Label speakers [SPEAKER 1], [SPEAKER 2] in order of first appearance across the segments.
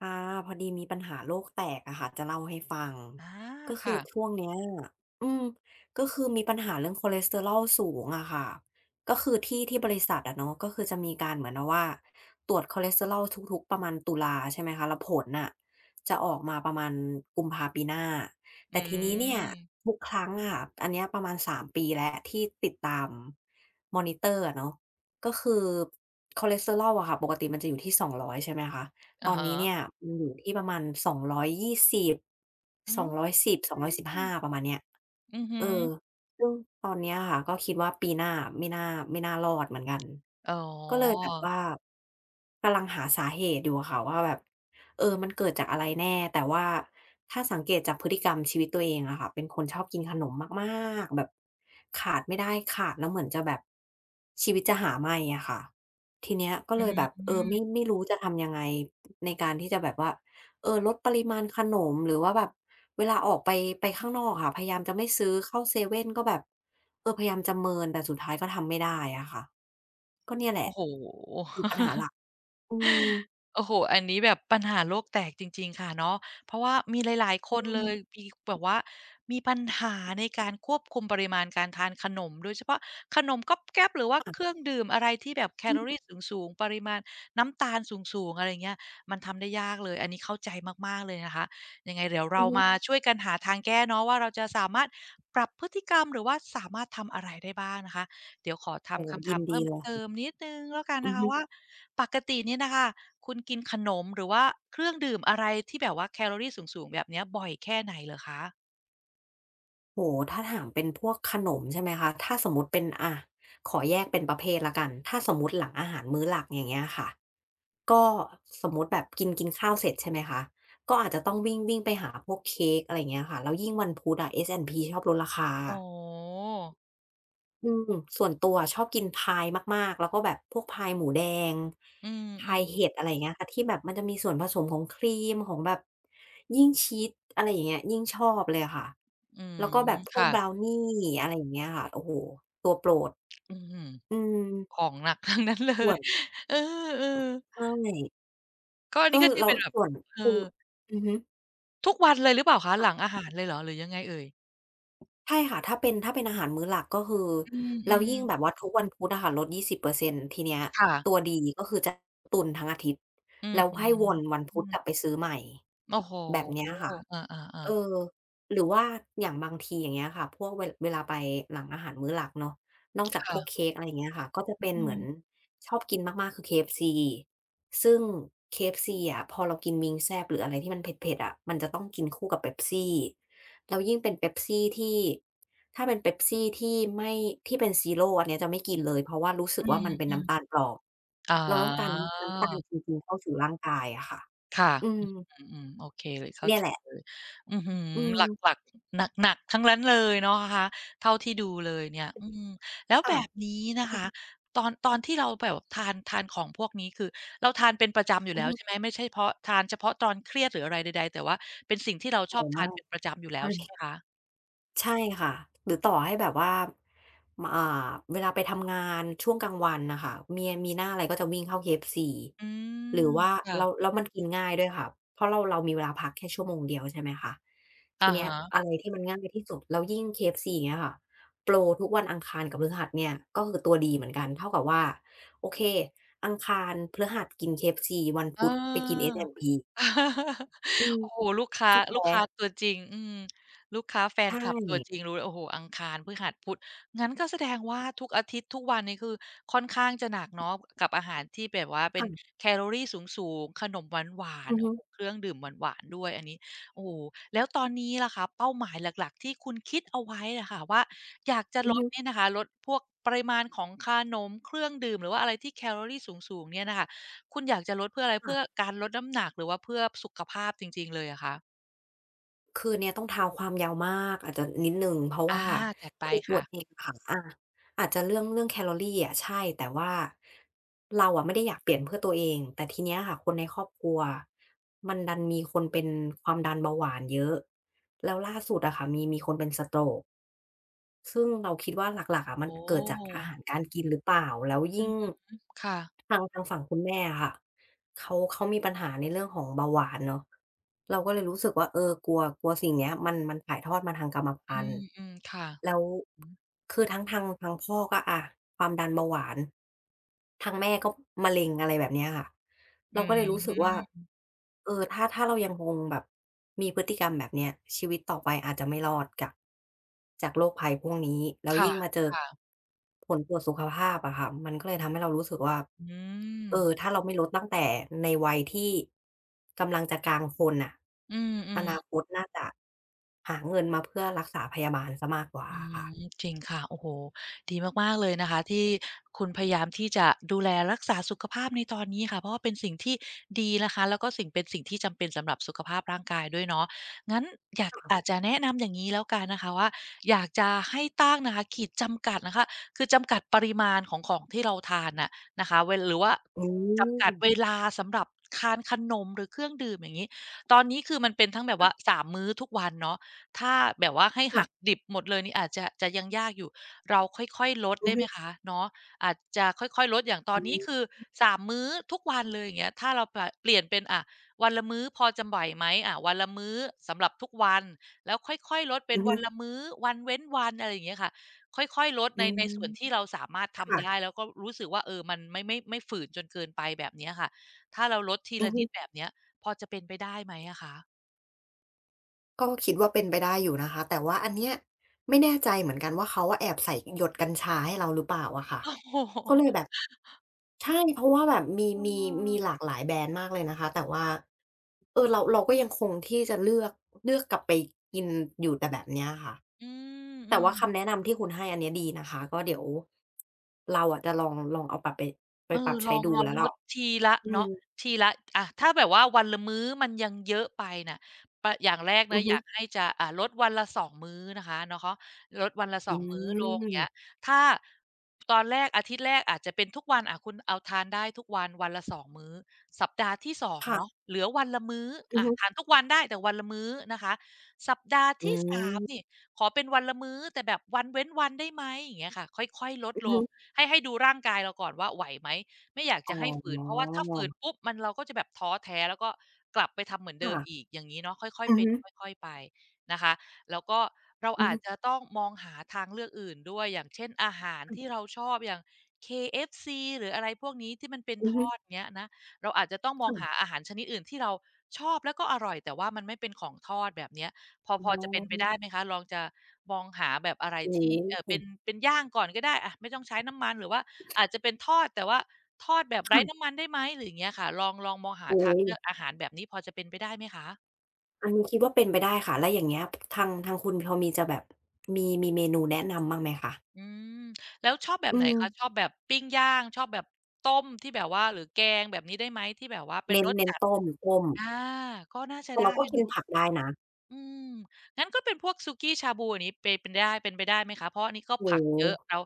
[SPEAKER 1] อ่าพอดีมีปัญหาโลกแตกอะค่ะจะเล่าให้ฟัง
[SPEAKER 2] อา
[SPEAKER 1] ก็คือ
[SPEAKER 2] ค่ะ
[SPEAKER 1] ช่วงเนี้ยอืมก็คือมีปัญหาเรื่องคอเลสเตอรอลสูงอะค่ะก็คือที่บริษัทอะเนาะก็คือจะมีการเหมือนว่าตรวจคอเลสเตอรอลทุกๆประมาณตุลาใช่ไหมคะแล้วผลน่ะจะออกมาประมาณกุมภาปีหน้าแต่
[SPEAKER 2] อื
[SPEAKER 1] ทีนี้เนี่ย
[SPEAKER 2] ม
[SPEAKER 1] ทุกครั้งอะค่ะอันเนี้ยประมาณ3ปีแล้วที่ติดตามมอนิเตอร์อะเนาะก็คือคอเลสเตอรอลอะค่ะปกติมันจะอยู่ที่200ใช่ไหมคะ ตอ
[SPEAKER 2] อะ
[SPEAKER 1] น
[SPEAKER 2] ฮะ
[SPEAKER 1] นี้เนี่ยมันอยู่ที่ประมาณ220
[SPEAKER 2] อืม
[SPEAKER 1] 210 215ประมาณเนี้ย
[SPEAKER 2] อือฮึ
[SPEAKER 1] เออซึ่งตอนเนี้ยค่ะก็คิดว่าปีหน้าไม่น่าไม่น่ารอดเหมือนกัน
[SPEAKER 2] อ๋อ
[SPEAKER 1] ก็เลยแบบว่ากำลังหาสาเหตุอยู่อะค่ะว่าแบบมันเกิดจากอะไรแน่แต่ว่าถ้าสังเกตจากพฤติกรรมชีวิตตัวเองอะค่ะเป็นคนชอบกินขนมมากๆแบบขาดไม่ได้ขาดแล้วเหมือนจะแบบชีวิตจะหาไม่อะค่ะ ทีเนี้ยก็
[SPEAKER 2] อื
[SPEAKER 1] เลยแบบไม่
[SPEAKER 2] ม
[SPEAKER 1] ไม่รู้จะทำยังไงในการที่จะแบบว่าลดปริมาณขนมหรือว่าแบบเวลาออกไปข้างนอกค่ะพยายามจะไม่ซื้อเข้าเซเว่นก็แบบพยายามจะเมินแต่สุดท้ายก็ทำไม่ได้อะค่ะก็เนี่ยแหละ
[SPEAKER 2] โอ้โฮ
[SPEAKER 1] คือปัญหาหลักอืม
[SPEAKER 2] โอ้โฮอันนี้แบบปัญหาโลกแตกจริงๆค่ะเนาะเพราะว่ามีหลายๆค
[SPEAKER 1] อื
[SPEAKER 2] นเล
[SPEAKER 1] ม
[SPEAKER 2] ยมีแบบว่ามีปัญหาในการควบคุมปริมาณการทานขนมโดยเฉพาะขนมก๊อบแก๊บหรือว่าเครื่องดื่มอะไรที่แบบแค
[SPEAKER 1] อือ
[SPEAKER 2] ลอรีสูงๆปริมาณน้ำตาลสูงๆอะไรเงี้ยมันทำได้ยากเลย อันนี้เข้าใจมากๆเลยนะคะยังไงเดี๋ยว
[SPEAKER 1] อื
[SPEAKER 2] เรา
[SPEAKER 1] อฮึ
[SPEAKER 2] มาช่วยกันหาทางแก้เนาะว่าเราจะสามารถปรับพฤติกรรมหรือว่าสามารถทำอะไรได้บ้างนะคะ เดี๋ยวขอ
[SPEAKER 1] โอ้
[SPEAKER 2] ทำ
[SPEAKER 1] โฮ
[SPEAKER 2] คำ
[SPEAKER 1] ยิ
[SPEAKER 2] ถา
[SPEAKER 1] น
[SPEAKER 2] ม
[SPEAKER 1] ดี
[SPEAKER 2] เพิ่ม
[SPEAKER 1] เล
[SPEAKER 2] เติ
[SPEAKER 1] ย
[SPEAKER 2] มนิดหนึ่งแล้วกัน
[SPEAKER 1] อื
[SPEAKER 2] นะ
[SPEAKER 1] อ
[SPEAKER 2] คะ
[SPEAKER 1] ฮึ
[SPEAKER 2] ว่าปกติเนี่ยน่ะค่ะคุณกินขนมหรือว่าเครื่องดื่มอะไรที่แบบว่าแคลอรีสูงๆแบบเนี้ยบ่อยแค่ไหนเหรอคะ
[SPEAKER 1] โอ้โฮถ้าถามเป็นพวกขนมใช่ไหมคะถ้าสมมุติเป็นอะขอแยกเป็นประเภทแล้วกันถ้าสมมุติหลังอาหารมื้อหลักอย่างเงี้ยค่ะ ก็สมมุติแบบกินกินข้าวเสร็จใช่ไหมคะก็อาจจะต้องวิ่งวิ่งไปหาพวกเค้กอะไรอย่างเงี้ยค่ะแล้วยิ่งวันพุธอะ S&P ชอบลดราคา
[SPEAKER 2] อ๋อ
[SPEAKER 1] อืมส่วนตัวอะชอบกินพายมากๆแล้วก็แบบพวกพายหมูแดง
[SPEAKER 2] อื
[SPEAKER 1] พาย
[SPEAKER 2] ม
[SPEAKER 1] เห็ด
[SPEAKER 2] ๆ
[SPEAKER 1] อะไรอย่างเงี้ยค่ะที่แบบมันจะมีส่วนผสมของครีมของแบบยิ่งชีสอะไรอย่างเงี้ยยิ่งชอบเลยอะค่ะ
[SPEAKER 2] อืม
[SPEAKER 1] แล้วก็แบบพวก
[SPEAKER 2] ค่ะ
[SPEAKER 1] บราวนีอะไรอย่างเงี้ยค่ะโอ้โฮตัวโปรด
[SPEAKER 2] อื้อฮือ
[SPEAKER 1] อืม
[SPEAKER 2] ของหนักทั้งนั้นเล
[SPEAKER 1] ส่ว
[SPEAKER 2] ย
[SPEAKER 1] น
[SPEAKER 2] เออ
[SPEAKER 1] ใช่
[SPEAKER 2] ๆก็อัน
[SPEAKER 1] ก็
[SPEAKER 2] นี้ก็คือ
[SPEAKER 1] เรา
[SPEAKER 2] เป็นแบบ
[SPEAKER 1] ส่วน
[SPEAKER 2] เอ่อ
[SPEAKER 1] คืออือฮึ
[SPEAKER 2] ทุกวันเลยหรือเปล่าคะหลังอาหารเลยเหรอหรือยังไงเอ่ย
[SPEAKER 1] ใช่ค่ะถ้าเป็นอาหารมื้อหลักก็คือ
[SPEAKER 2] อื
[SPEAKER 1] แล้วยิ่งแบบ
[SPEAKER 2] ม
[SPEAKER 1] ว่าทุกวันพุธอะค่ะลด20%ทีเนี้ย
[SPEAKER 2] ๆค่ะ
[SPEAKER 1] ตัวดีก็คือจะตุนทั้งอาทิตย์
[SPEAKER 2] อือ
[SPEAKER 1] แล้ว
[SPEAKER 2] ฮึ
[SPEAKER 1] ให้วนวัน
[SPEAKER 2] อื
[SPEAKER 1] พุธ
[SPEAKER 2] ม
[SPEAKER 1] กลับไปซื้อใหม่
[SPEAKER 2] โอ้โฮ
[SPEAKER 1] แบบเนี้ยค่ะ
[SPEAKER 2] อา
[SPEAKER 1] เออ
[SPEAKER 2] ๆ
[SPEAKER 1] หรือว่าอย่างบางทีอย่างเงี้ยค่ะพวกเวลาไปหลังอาหารมื้อหลักเนาะนอกจาก
[SPEAKER 2] ๆ
[SPEAKER 1] พวก
[SPEAKER 2] ค่ะ
[SPEAKER 1] เค้กอะไรอย่างเงี้ยค่ะก็จะเป็น
[SPEAKER 2] อื
[SPEAKER 1] เหมือน
[SPEAKER 2] ม
[SPEAKER 1] ชอบกินมากๆคือ KFC ซึ่ง KFC อะพอเรากินวิงแซ่บหรืออะไรที่มันเผ็ดๆอะมันจะต้องกินคู่กับเ e p ปซีแล้วยิ่งเป็นเปปซี่ที่ถ้าเป็นเ e p ปซีที่ไม่ที่เป็นซีโรอันเนี้ยจะไม่กินเลยเพราะว่ารู้สึก
[SPEAKER 2] อื
[SPEAKER 1] ว่ามันเป็นน้ำตา
[SPEAKER 2] ม
[SPEAKER 1] ลปลอม
[SPEAKER 2] อ๋
[SPEAKER 1] เราต้องการ
[SPEAKER 2] อ
[SPEAKER 1] น้ำตาลจริงๆเข้าสู่ร่างกายอะค่ะ
[SPEAKER 2] ค่ะ
[SPEAKER 1] อืม
[SPEAKER 2] อืมๆโอเคเลยเข้า
[SPEAKER 1] เนี่ย
[SPEAKER 2] ใจ
[SPEAKER 1] แหละ
[SPEAKER 2] เลยอื้อฮือ
[SPEAKER 1] อื
[SPEAKER 2] หลั
[SPEAKER 1] ม
[SPEAKER 2] กๆหนักๆทั้งนั้นเลยเนาะคะเท่าที่ดูเลยเนี่ยอืมแล้วแบ
[SPEAKER 1] ค่ะ
[SPEAKER 2] บนี้นะ
[SPEAKER 1] มัน
[SPEAKER 2] คะ ตอนตอนที่เราแบบทานทานของพวกนี้คือเราทานเป็นประจำอยู่
[SPEAKER 1] อือ
[SPEAKER 2] แล้ว
[SPEAKER 1] ฮึ
[SPEAKER 2] ใช่ไหม ไม่ใช่เพาะทานเฉพาะตอนเครียดหรืออะไรใดๆแต่ว่าเป็นสิ่งที่เราช
[SPEAKER 1] อ๋
[SPEAKER 2] อ
[SPEAKER 1] อ
[SPEAKER 2] บทา
[SPEAKER 1] ไม่
[SPEAKER 2] นเป็นประจำอยู่แล้ว
[SPEAKER 1] ใช่
[SPEAKER 2] ใช่ไหมคะ
[SPEAKER 1] ใช่ค่ะหรือต่อให้แบบว่ามอ่าเวลาไปทำงานช่วงกลางวันน่ะค่ะเมียมีหน้าอะไรก็จะวิ่งเข้า KFC
[SPEAKER 2] อื
[SPEAKER 1] ห
[SPEAKER 2] ม
[SPEAKER 1] รือว่าแล้ว
[SPEAKER 2] ค่ะ
[SPEAKER 1] แล้วมันกินง่ายด้วยค่ะเพราะเรามีเวลาพักแค่ชั่วโมงเดียวใช่ไหมคะ
[SPEAKER 2] อะ
[SPEAKER 1] ทีเนี้ย
[SPEAKER 2] ฮะ
[SPEAKER 1] อะไรที่มันง่ายที่สุดแล้วยิ่ง KFC อย่างเงี้ยค่ะโปรทุกวันอังคารกับพฤหัสเนี่ยก็คือตัวดีเหมือนกันเท่ากับว่าโอเคอังคารพฤหัสกิน KFC วัน
[SPEAKER 2] เออ
[SPEAKER 1] พุธไปกิน S&P อืม
[SPEAKER 2] โอ้โหลูกค้า
[SPEAKER 1] ก็
[SPEAKER 2] ลู
[SPEAKER 1] แพ้
[SPEAKER 2] กค้าตัวจริงอืมลูกค้าแฟ
[SPEAKER 1] ใช
[SPEAKER 2] นคลับตัวจริ
[SPEAKER 1] ่
[SPEAKER 2] งรู้เลยโอ้โหอังคารพฤหัสพุธงั้นก็แสดงว่าทุกอาทิตย์ทุกวันนี้คือค่อนข้างจะหนักเนาะกับอาหารที่แบบว่าเป็น
[SPEAKER 1] ค่ะ
[SPEAKER 2] แคลอรีสูงๆขนมหวาน
[SPEAKER 1] อือ
[SPEAKER 2] ๆโอ้
[SPEAKER 1] ฮึ
[SPEAKER 2] โฮเครื่องดื่มหวานๆด้วยอันนี้โอ้โหแล้วตอนนี้ล่ะคะเป้าหมายหลักๆที่คุณคิดเอาไว้นะคะว่าอยากจะ
[SPEAKER 1] อื
[SPEAKER 2] ล
[SPEAKER 1] อ
[SPEAKER 2] ด
[SPEAKER 1] ฮึ
[SPEAKER 2] เนี่ยนะคะลดพวกปริมาณของขนมเครื่องดื่มหรือว่าอะไรที่แคลอรีสูงๆเนี่ยนะคะ คุณอยากจะลดเพื่ออะไร
[SPEAKER 1] ค่ะ
[SPEAKER 2] เพื่อการลดน้ำหนักหรือว่าเพื่อสุขภาพจริงๆเลยอะคะ
[SPEAKER 1] คือเนี่ยต้องเท้าความยาวมากอาจจะนิดหนึ่งเพราะ
[SPEAKER 2] อา
[SPEAKER 1] ว่า
[SPEAKER 2] จัดไป
[SPEAKER 1] คือตัว
[SPEAKER 2] ค่ะ
[SPEAKER 1] เองอะค่ะอาจจะเรื่องแคลอรีอะใช่แต่ว่าเราอะไม่ได้อยากเปลี่ยนเพื่อตัวเองแต่ทีเนี้ยค่ะคนในครอบครัวมันดันมีคนเป็นความดันเบาหวานเยอะแล้วล่าสุดอะค่ะมีคนเป็น stroke ซึ่งเราคิดว่าหลักๆอะมัน
[SPEAKER 2] โอ้
[SPEAKER 1] เกิดจากอาหารการกินหรือเปล่าแล้ว
[SPEAKER 2] อื
[SPEAKER 1] ยิ่ง
[SPEAKER 2] มค่ะ
[SPEAKER 1] ทางฝั่งคุณแม่อะค่ะเขามีปัญหาในเรื่องของเบาหวานเนาะเราก็เลยรู้สึกว่ากลัวกลัวสิ่งเนี้ยมันถ่ายทอดมาทางกรรม
[SPEAKER 2] อื
[SPEAKER 1] พันธุ์
[SPEAKER 2] มๆค่ะ
[SPEAKER 1] แล้ว
[SPEAKER 2] อือ
[SPEAKER 1] คือทั้งทางพ่อก็อะความดันเบาหวาน ทางแม่ก็มะเร็งอะไรแบบเนี้ยค่ะ
[SPEAKER 2] อื
[SPEAKER 1] เราก็เลยรู้สึกว่า
[SPEAKER 2] ม
[SPEAKER 1] เออถ้าเรายังคงแบบมีพฤติกรรมแบบเนี้ยชีวิตต่อไปอาจจะไม่รอดจากโรคภัยพวกนี้แล้ว
[SPEAKER 2] ค่
[SPEAKER 1] ยิ่งมาเจอ
[SPEAKER 2] ะ
[SPEAKER 1] ผลตรวจสุขภาพอะค่ะมันก็เลยทำให้เรารู้สึกว่า
[SPEAKER 2] ๆอืม
[SPEAKER 1] เออถ้าเราไม่ลดตั้งแต่ในวัยที่กำลังจะกลางคนน่ะ
[SPEAKER 2] อื
[SPEAKER 1] อนาค
[SPEAKER 2] ม
[SPEAKER 1] ตน่าจะหาเงินมาเพื่อรักษาพยาบาลเสียมากกว่า
[SPEAKER 2] อื
[SPEAKER 1] อะค่ะ
[SPEAKER 2] มจริงค่ะโอ้โฮดีมากๆเลยนะคะที่คุณพยายามที่จะดูแลรักษาสุขภาพในตอนนี้ค่ะเพราะว่าเป็นสิ่งที่ดีนะคะแล้วก็สิ่งเป็นสิ่งที่จำเป็นสำหรับสุขภาพร่างกายด้วยเนาะงั้นอยากอาจจะแนะนำอย่างงี้แล้วกันนะคะว่าอยากจะให้ตั้งนะคะขีดจำกัดนะคะคือจำกัดปริมาณของของที่เราทานน่ะนะคะเว้นหรือว่า
[SPEAKER 1] อื
[SPEAKER 2] จำกัดเว
[SPEAKER 1] ม
[SPEAKER 2] ลาสำหรับทานขนมหรือเครื่องดื่มอย่างงี้ตอนนี้คือมันเป็นทั้งแบบว่าสามมื้อทุกวันเนาะ ถ้าแบบว่าให้หัก
[SPEAKER 1] ค่ะ
[SPEAKER 2] ดิบหมดเลยนี่อาจจะจะยังยากอยู่ เราค่อยๆลด
[SPEAKER 1] อื
[SPEAKER 2] ได้
[SPEAKER 1] อ
[SPEAKER 2] ไห
[SPEAKER 1] ฮึ
[SPEAKER 2] มคะเนาะอาจจะค่อยๆลดอย่างตอ
[SPEAKER 1] อื
[SPEAKER 2] นนี้คือ
[SPEAKER 1] ม
[SPEAKER 2] 3มมื้อทุกวันเลยอย่างเงี้ยถ้าเราปะเปลี่ยนเป็นอะวันละมื้อพอจะไหวไหมอะวันละมื้อสำหรับทุกวันแล้วค่อยๆลดเป็
[SPEAKER 1] อื
[SPEAKER 2] น
[SPEAKER 1] อฮึ
[SPEAKER 2] วันละมื้อวันเว้นวันอะไรอย่างเงี้ยค่ะค่อยๆลด
[SPEAKER 1] อื
[SPEAKER 2] ใน
[SPEAKER 1] ม
[SPEAKER 2] ส่วนที่เราสามารถทำ
[SPEAKER 1] ค่ะ
[SPEAKER 2] ได้แล้วก็รู้สึกว่าเออมันไม่ฝืนจนเกินไปแบบเนี้ยค่ะถ้าเราลดที
[SPEAKER 1] อือ
[SPEAKER 2] ละ
[SPEAKER 1] ฮึ
[SPEAKER 2] นิดแบบเนี้ยพอจะเป็นไปได้ไหมอะคะ
[SPEAKER 1] ก็คิดว่าเป็นไปได้อยู่นะคะแต่ว่าอันเนี้ยไม่แน่ใจเหมือนกันว่าเขาอะแอบใส่หยดกัญชาให้เราหรือเปล่าอะค่ะ
[SPEAKER 2] โอ้
[SPEAKER 1] ก็เลย
[SPEAKER 2] โฮ
[SPEAKER 1] แบบใช่เพราะว่าแบบมี
[SPEAKER 2] เอ
[SPEAKER 1] มีมีหลา
[SPEAKER 2] อ
[SPEAKER 1] กหลายแบรนด์มากเลยนะคะแต่ว่าเออเราก็ยังคงที่จะเลือกกลับไปกินอยู่แต่แบบเนี้ยค่ะ
[SPEAKER 2] อืมอื
[SPEAKER 1] แต่
[SPEAKER 2] ม
[SPEAKER 1] ว่าคำแนะนำที่คุณให้อันเนี้ยดีนะคะก็เดี๋ยวเราอะจะลองเอาปรับไปไป
[SPEAKER 2] เออ
[SPEAKER 1] ปรับ
[SPEAKER 2] ล
[SPEAKER 1] ใช้
[SPEAKER 2] อง
[SPEAKER 1] ดู
[SPEAKER 2] ลอง
[SPEAKER 1] แล้ว
[SPEAKER 2] ล
[SPEAKER 1] เรา
[SPEAKER 2] ดทีละ
[SPEAKER 1] อื
[SPEAKER 2] เนาะ
[SPEAKER 1] ม
[SPEAKER 2] ทีละอะถ้าแบบว่าวันละมื้อมันยังเยอะไปน่ะปอย่างแรก
[SPEAKER 1] อื
[SPEAKER 2] นะ
[SPEAKER 1] อ
[SPEAKER 2] อ
[SPEAKER 1] ฮึ
[SPEAKER 2] ยากให้จะลดวันละสองมื้อนะคะเนาะลดวันละส
[SPEAKER 1] อื
[SPEAKER 2] องมื้อลงอย่าง
[SPEAKER 1] ม
[SPEAKER 2] เงี้ยถ้าตอนแรกอาทิตย์แรกอาจจะเป็นทุกวันอะคุณเอาทานได้ทุกวันวันละสองมื้อสัปดาห์ที่สองเนาะ
[SPEAKER 1] ค่ะ
[SPEAKER 2] เหลือวันละมื้อ
[SPEAKER 1] อือ
[SPEAKER 2] อะทา
[SPEAKER 1] ฮึ
[SPEAKER 2] นทุกวันได้แต่วันละมื้อนะคะสัปดาห์
[SPEAKER 1] อื
[SPEAKER 2] ที่สามนี่
[SPEAKER 1] ม
[SPEAKER 2] ขอเป็นวันละมื้อแต่แบบวันเว้นวันได้ไหมอย่างเงี้ยค่ะค่อยๆลด
[SPEAKER 1] อือ
[SPEAKER 2] ลง
[SPEAKER 1] ฮึ
[SPEAKER 2] ให้ดูร่างกายเราก่อนว่าไหวไหม ไม่อยาก
[SPEAKER 1] อ๋
[SPEAKER 2] จะให้ฝืนเพราะว่า
[SPEAKER 1] อ
[SPEAKER 2] ถ้าฝืนปุ๊บมันเราก็จะแบบท้อแท้แล้วก็กลับไปทำเหมือนเดิมอีก
[SPEAKER 1] ค่ะ
[SPEAKER 2] อย่างงี้เนาะค่อย
[SPEAKER 1] อื
[SPEAKER 2] ๆ
[SPEAKER 1] อ
[SPEAKER 2] เป็น
[SPEAKER 1] ฮึ
[SPEAKER 2] ค่อยๆไปนะคะแล้วก็เรา
[SPEAKER 1] อือ
[SPEAKER 2] อาจ
[SPEAKER 1] ฮึ
[SPEAKER 2] จะต้องมองหาทางเลือกอื่นด้วยอย่างเช่นอาหารที่
[SPEAKER 1] ค่ะ
[SPEAKER 2] เราชอบอย่าง KFC หรืออะไรพวกนี้ที่มันเป็น
[SPEAKER 1] อือ
[SPEAKER 2] ท
[SPEAKER 1] ฮึ
[SPEAKER 2] อดเงี้ยนะเราอาจจะต้องมองหา
[SPEAKER 1] ค่ะ
[SPEAKER 2] อาหารชนิดอื่นที่เราชอบแล้วก็อร่อยแต่ว่ามันไม่เป็นของทอดแบบเนี้ยพอ
[SPEAKER 1] อ๋
[SPEAKER 2] พอ
[SPEAKER 1] อ
[SPEAKER 2] จะเป็นไปได้ไหมคะลองจะมองหาแบบอะไร
[SPEAKER 1] โอ้
[SPEAKER 2] ที่
[SPEAKER 1] โฮ
[SPEAKER 2] เป็นย่างก่อนก็ได้อะไม่ต้องใช้น้ำมันหรือว่า อาจจะเป็นทอดแต่ว่าทอดแบบไร้น้ำ
[SPEAKER 1] ค่ะ
[SPEAKER 2] มันได้ไหมหรืออย่างเงี้ยค่ะลองมองหา
[SPEAKER 1] โอ๊
[SPEAKER 2] ทาง
[SPEAKER 1] ย
[SPEAKER 2] เลือกอาหารแบบนี้พอจะเป็นไปได้ไหมคะ
[SPEAKER 1] อันนี้คิดว่าเป็นไปได้ค่ะแล้วอย่างเงี้ยทางคุณพอมีจะแบบมีเมนูแนะนำบ้างไหมคะ
[SPEAKER 2] อืมแล้วชอบแบบ
[SPEAKER 1] อื
[SPEAKER 2] ไหน
[SPEAKER 1] ม
[SPEAKER 2] คะชอบแบบปิ้งย่างชอบแบบต้มที่แบบว่าหรือแกงแบบนี้ได้ไหมที่แบบว่าเป็น
[SPEAKER 1] เน้น
[SPEAKER 2] รส
[SPEAKER 1] เน้น
[SPEAKER 2] จัด
[SPEAKER 1] ต้มต้ม
[SPEAKER 2] อาก็น่าจะ
[SPEAKER 1] แต่
[SPEAKER 2] ได้
[SPEAKER 1] เราก็กิน
[SPEAKER 2] เนาะ
[SPEAKER 1] ผักได้นะ
[SPEAKER 2] อืมงั้นก็เป็นพวกสุกี้ชาบูอย่างนี้เป็นได้เป็นไปได้ไหมคะเพราะอันนี้ก็
[SPEAKER 1] โอ้
[SPEAKER 2] ผัก
[SPEAKER 1] โฮ
[SPEAKER 2] เยอะเรา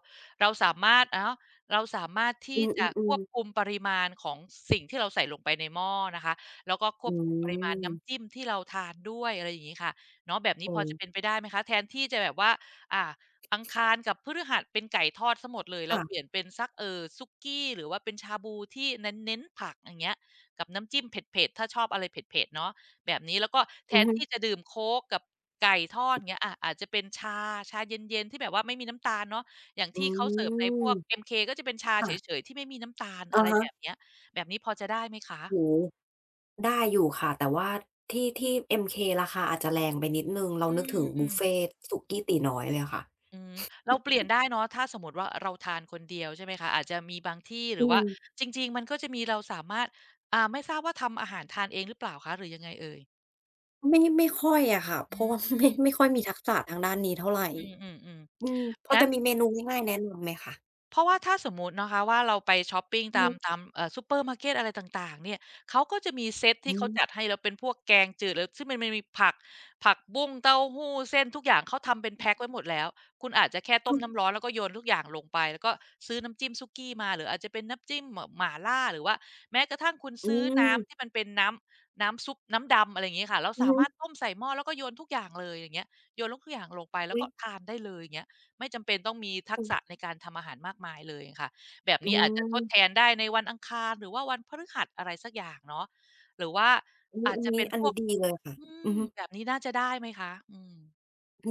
[SPEAKER 2] เราสามารถอ้าวเราสามารถ
[SPEAKER 1] อื
[SPEAKER 2] ที่
[SPEAKER 1] ม
[SPEAKER 2] จะควบคุ
[SPEAKER 1] ๆๆ
[SPEAKER 2] มปริมาณของสิ่งที่เราใส่ลงไปในหม้อนะคะแล้วก็คว
[SPEAKER 1] อื
[SPEAKER 2] บคุมปริมาณ
[SPEAKER 1] ม
[SPEAKER 2] น้ำจิ้มที่เราทานด้วยอะไรอย่างงี้ค่ะเนาะแบบนี้
[SPEAKER 1] โอ
[SPEAKER 2] พอจะเป็น
[SPEAKER 1] อ
[SPEAKER 2] ไปได้ไหมคะแทนที่จะแบบว่าอ่าอังคารกับพฤหัสเป็นไก่ทอดเสียหมดเลยเราเปลี่
[SPEAKER 1] ค่ะ
[SPEAKER 2] ยนเป็นสักสุกี้หรือว่าเป็นชาบูที่เน้นๆผักอย่างเงี้ยกับน้ำจิ้มเผ็ดๆถ้าชอบอะไรเผ็ดๆเนาะ แบบนี้แล้วก็แท
[SPEAKER 1] อือ
[SPEAKER 2] น
[SPEAKER 1] ฮึ
[SPEAKER 2] ที่จะดื่มโค้กกับไก่ทอดเงี้ยอะอาจจะเป็นชาเย็นๆที่แบบว่าไม่มีน้ำตาลเนาะอย่าง
[SPEAKER 1] อื
[SPEAKER 2] ที่เขาเสิร์ฟในพว
[SPEAKER 1] ม
[SPEAKER 2] ก MK ก็จะเป็นชาเฉ
[SPEAKER 1] ค่ะ
[SPEAKER 2] ยๆที่ไม่มีน้ำตาลอะ
[SPEAKER 1] อะ
[SPEAKER 2] ไร
[SPEAKER 1] ฮะ
[SPEAKER 2] แบบเนี้ยแบบนี้พอจะได้ไหมคะ
[SPEAKER 1] โอ้โฮ ได้อยู่ค่ะแต่ว่าที่ MK ราคาอาจจะแรงไปนิดหนึ่งเรา
[SPEAKER 2] อื
[SPEAKER 1] นึกถึงบุฟ
[SPEAKER 2] มๆ
[SPEAKER 1] เฟต์สุกี้ตี๋น้อยเลยอะค่ะ
[SPEAKER 2] อืมเราเปลี่ยนได้เนาะถ้าสมมุติว่าเราทานคนเดียวใช่ไหมคะอาจจะมีบางที่ห
[SPEAKER 1] อื
[SPEAKER 2] รือว่า
[SPEAKER 1] ม
[SPEAKER 2] จริงๆมันก็จะมีเราสามารถอ่าไม่ทราบว่าทำอาหารทานเองหรือเปล่าคะหรือยังไงเอ่ย
[SPEAKER 1] ไม่ค่อยอะค่ะเพ
[SPEAKER 2] อื
[SPEAKER 1] ราะว่า
[SPEAKER 2] ม
[SPEAKER 1] ไม่ค่อยมีทักษะทางด้านนี้เท่าไร
[SPEAKER 2] อือ
[SPEAKER 1] อื
[SPEAKER 2] ๆ
[SPEAKER 1] มพ
[SPEAKER 2] ๆ
[SPEAKER 1] อ
[SPEAKER 2] งั้น
[SPEAKER 1] จะมีเมนูง่ายๆแนะนำไหมคะ
[SPEAKER 2] เพราะว่าถ้าสมมุตินะคะว่าเราไปชอปปิง
[SPEAKER 1] อื
[SPEAKER 2] ตาม
[SPEAKER 1] ม
[SPEAKER 2] ตามซูเปอร์มาร์เกตอะไรต่างๆเนี่ยเขาก็จะมีเซต
[SPEAKER 1] อื
[SPEAKER 2] ที่เขา
[SPEAKER 1] ม
[SPEAKER 2] จัดให้แล้วเป็นพวกแกงจืดหรือซึ่งมันมีผักผักบุ้งเต้าหู้เส้นทุกอย่างเขาทำเป็นแพ็กไว้หมดแล้วคุณอาจจะแค่ต้มน้ำ
[SPEAKER 1] ค่ะ
[SPEAKER 2] ร้อนแล้วก็โยนทุกอย่างลงไปแล้วก็ซื้อน้ำจิ้มสุกี้มาหรืออาจจะเป็นน้ำจิ้มเอ่าหม่าล่าหรือว่าแม้กระทั่งคุณ
[SPEAKER 1] อื
[SPEAKER 2] ซื้อ
[SPEAKER 1] ม
[SPEAKER 2] น้ำที่มันเป็นน้ำซุปน้ำดำอะไรอย่างงี้ค่ะแล้ว
[SPEAKER 1] อือ
[SPEAKER 2] สา
[SPEAKER 1] ฮึ
[SPEAKER 2] มารถต้มใส่หม้อแล้วก็โยนทุกอย่างเลยอย่างเงี้ยโยนลงทุกอย่างลงไปแล้ว
[SPEAKER 1] อุ๊ย
[SPEAKER 2] ก็ทานได้เลยอย่างเงี้ย ไม่จำเป็นต้องมีทั
[SPEAKER 1] อื
[SPEAKER 2] ก
[SPEAKER 1] อ
[SPEAKER 2] ษะในการทำอาหารมากมายเลยค่ะแบบ
[SPEAKER 1] อื
[SPEAKER 2] นี้อาจจะท
[SPEAKER 1] ม
[SPEAKER 2] ดแทนได้ในวันอังคารหรือว่าวันพฤหัสอะไรสักอย่างเนาะหรือว่า
[SPEAKER 1] อุ๊ย
[SPEAKER 2] อาจ
[SPEAKER 1] อัน
[SPEAKER 2] จะเป็
[SPEAKER 1] นี้
[SPEAKER 2] น
[SPEAKER 1] อั
[SPEAKER 2] พ
[SPEAKER 1] น
[SPEAKER 2] ว
[SPEAKER 1] นี้
[SPEAKER 2] ก
[SPEAKER 1] ดีเลยค่ะ
[SPEAKER 2] อืม
[SPEAKER 1] อือฮึ
[SPEAKER 2] แบบนี้น่าจะได้ไหมคะอืม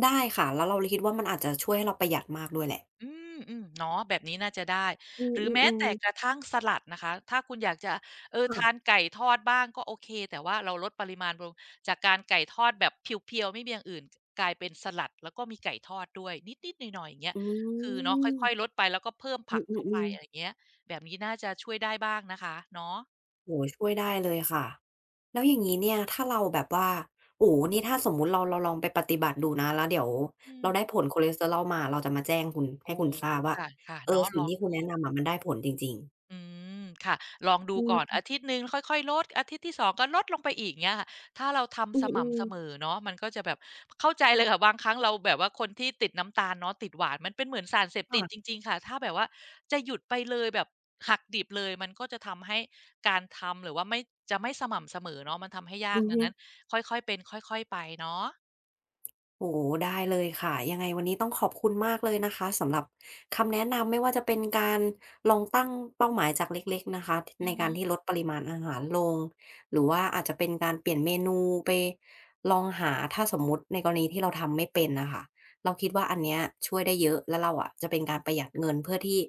[SPEAKER 1] ได้ค่ะแล้วเราเลยคิดว่ามันอาจจะช่วยให้เราประหยัดมากด้วยแหละ
[SPEAKER 2] อืมอืมเนาะแบบนี้น่าจะได้
[SPEAKER 1] อื
[SPEAKER 2] หรือแม้
[SPEAKER 1] อ
[SPEAKER 2] แต่
[SPEAKER 1] ๆๆ
[SPEAKER 2] กระทั่งสลัดนะคะถ้าคุณอยากจะเออทาน
[SPEAKER 1] ค่ะ
[SPEAKER 2] ไก่ทอดบ้างก็โอเคแต่ว่าเราลดปริมาณลงจากการไก่ทอดแบบเพียวๆไม่มีอย่างอื่นกลายเป็นสลัดแล้วก็มีไก่ทอดด้วยนิดๆหน่อยๆอย่างเงี้ย
[SPEAKER 1] อื
[SPEAKER 2] คือเนาะค่อยๆลด
[SPEAKER 1] ม
[SPEAKER 2] ไปแล้วก็เพิ่ม
[SPEAKER 1] อื
[SPEAKER 2] ผักเข้าไป
[SPEAKER 1] อ
[SPEAKER 2] อะ
[SPEAKER 1] ๆ
[SPEAKER 2] ไรอ
[SPEAKER 1] ๆ
[SPEAKER 2] ย่างเงี้ยแบบนี้น่าจะช่วยได้บ้างนะคะเนาะ
[SPEAKER 1] โอ้โฮช่วยได้เลยค่ะแล้วอย่างงี้เนี่ยถ้าเราแบบว่าโอ้โฮนี่ถ้าสมมุติเราลองไปปฏิบัติดูนะแล้วเดี๋ยว
[SPEAKER 2] อืม
[SPEAKER 1] เราได้ผลคอเลสเตอรอลมาเราจะมาแจ้งคุณให้
[SPEAKER 2] โอ้
[SPEAKER 1] คุณท
[SPEAKER 2] โฮ
[SPEAKER 1] ราบว่า
[SPEAKER 2] ค่ะๆ
[SPEAKER 1] เออ
[SPEAKER 2] เนาะล
[SPEAKER 1] สิ่ง
[SPEAKER 2] อง
[SPEAKER 1] ที่คุณ
[SPEAKER 2] ดู
[SPEAKER 1] แนะนำอะมันได้ผลจริงๆ
[SPEAKER 2] อืมค่ะลองดู
[SPEAKER 1] อื
[SPEAKER 2] ก่อน
[SPEAKER 1] ม
[SPEAKER 2] อาทิตย์หนึ่งค่อยๆลดอาทิตย์ที่สองก็ลดลงไปอีกเงี้ยค่ะถ้าเรา
[SPEAKER 1] อื
[SPEAKER 2] ทำส
[SPEAKER 1] อ
[SPEAKER 2] ม่ำเสมอ
[SPEAKER 1] ๆ
[SPEAKER 2] เนาะมันก็จะแบบเข้าใจเลยค่ะบางครั้งเราแบบว่าคนที่ติดน้ำตาลเนาะติดหวานมันเป็นเหมือนสารเสพติดจ
[SPEAKER 1] ค่ะ
[SPEAKER 2] ริงๆค่ะถ้าแบบว่าจะหยุดไปเลยแบบหักดิบเลยมันก็จะทำให้การทำหรือว่าไม่จะไม่สม่ำเสมอเนาะมันทำให้ยา
[SPEAKER 1] อื
[SPEAKER 2] ก
[SPEAKER 1] อ
[SPEAKER 2] ดัง
[SPEAKER 1] ฮึ
[SPEAKER 2] นั้นค่อยๆเป็นค่อยๆไปเนาะ
[SPEAKER 1] โอ้โฮได้เลยค่ะยังไงวันนี้ต้องขอบคุณมากเลยนะคะสำหรับคำแนะนำไม่ว่าจะเป็นการลองตั้งเป้าหมายจากเล็กๆนะคะท
[SPEAKER 2] อื
[SPEAKER 1] ใน
[SPEAKER 2] อฮึ
[SPEAKER 1] การที่ลดปริมาณอาหารลงหรือว่าอาจจะเป็นการเปลี่ยนเมนูไปลองหาถ้าสมมุติในกรณีที่เราทำไม่เป็นน่ะค่ะเราคิดว่าอันเนี้ยช่วยได้เยอะแล้วเราอะจะเป็นการประหยัดเงินเพื่อที่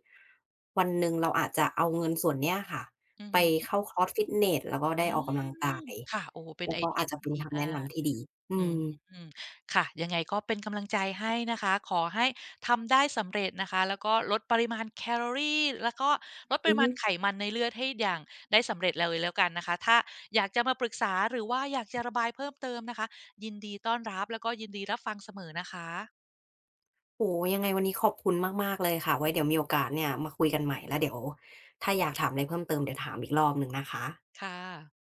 [SPEAKER 1] วันหนึ่งเราอาจจะเอาเงินส่วนเนี้ยค่ะ
[SPEAKER 2] อือ
[SPEAKER 1] ไป
[SPEAKER 2] ฮึ
[SPEAKER 1] เข้าคอร์สฟิตเนสแล้วก็
[SPEAKER 2] อื
[SPEAKER 1] ได้ออกกำลังกา
[SPEAKER 2] ม
[SPEAKER 1] ย
[SPEAKER 2] ค่ะโอ้โฮเป็น
[SPEAKER 1] แล้ว
[SPEAKER 2] ไอ
[SPEAKER 1] ก็
[SPEAKER 2] เดีย
[SPEAKER 1] อาจจะ
[SPEAKER 2] ที่
[SPEAKER 1] เป็น
[SPEAKER 2] ดี
[SPEAKER 1] คำแนะ
[SPEAKER 2] มาก
[SPEAKER 1] นำที่ดีอื
[SPEAKER 2] อืม
[SPEAKER 1] ม
[SPEAKER 2] ค่ะยังไงก็เป็นกำลังใจให้นะคะขอให้ทำได้สำเร็จนะคะแล้วก็ลดปริมาณแคลอรีแล้วก็ลดป
[SPEAKER 1] อื
[SPEAKER 2] ริมาณไข
[SPEAKER 1] ม
[SPEAKER 2] มันในเลือดให้อย่างได้สำเร็จเลยแล้วกันนะคะถ้าอยากจะมาปรึกษาหรือว่าอยากจะระบายเพิ่มเติมนะคะยินดีต้อนรับแล้วก็ยินดีรับฟังเสมอนะคะ
[SPEAKER 1] โอ้โฮยังไงวันนี้ขอบคุณมากๆเลยค่ะไว้เดี๋ยวมีโอกาสเนี่ยมาคุยกันใหม่แล้วเดี๋ยวถ้าอยากถามอะไรเพิ่มเติมเดี๋ยวถามอีกรอบหนึ่งนะคะ
[SPEAKER 2] ค่ะ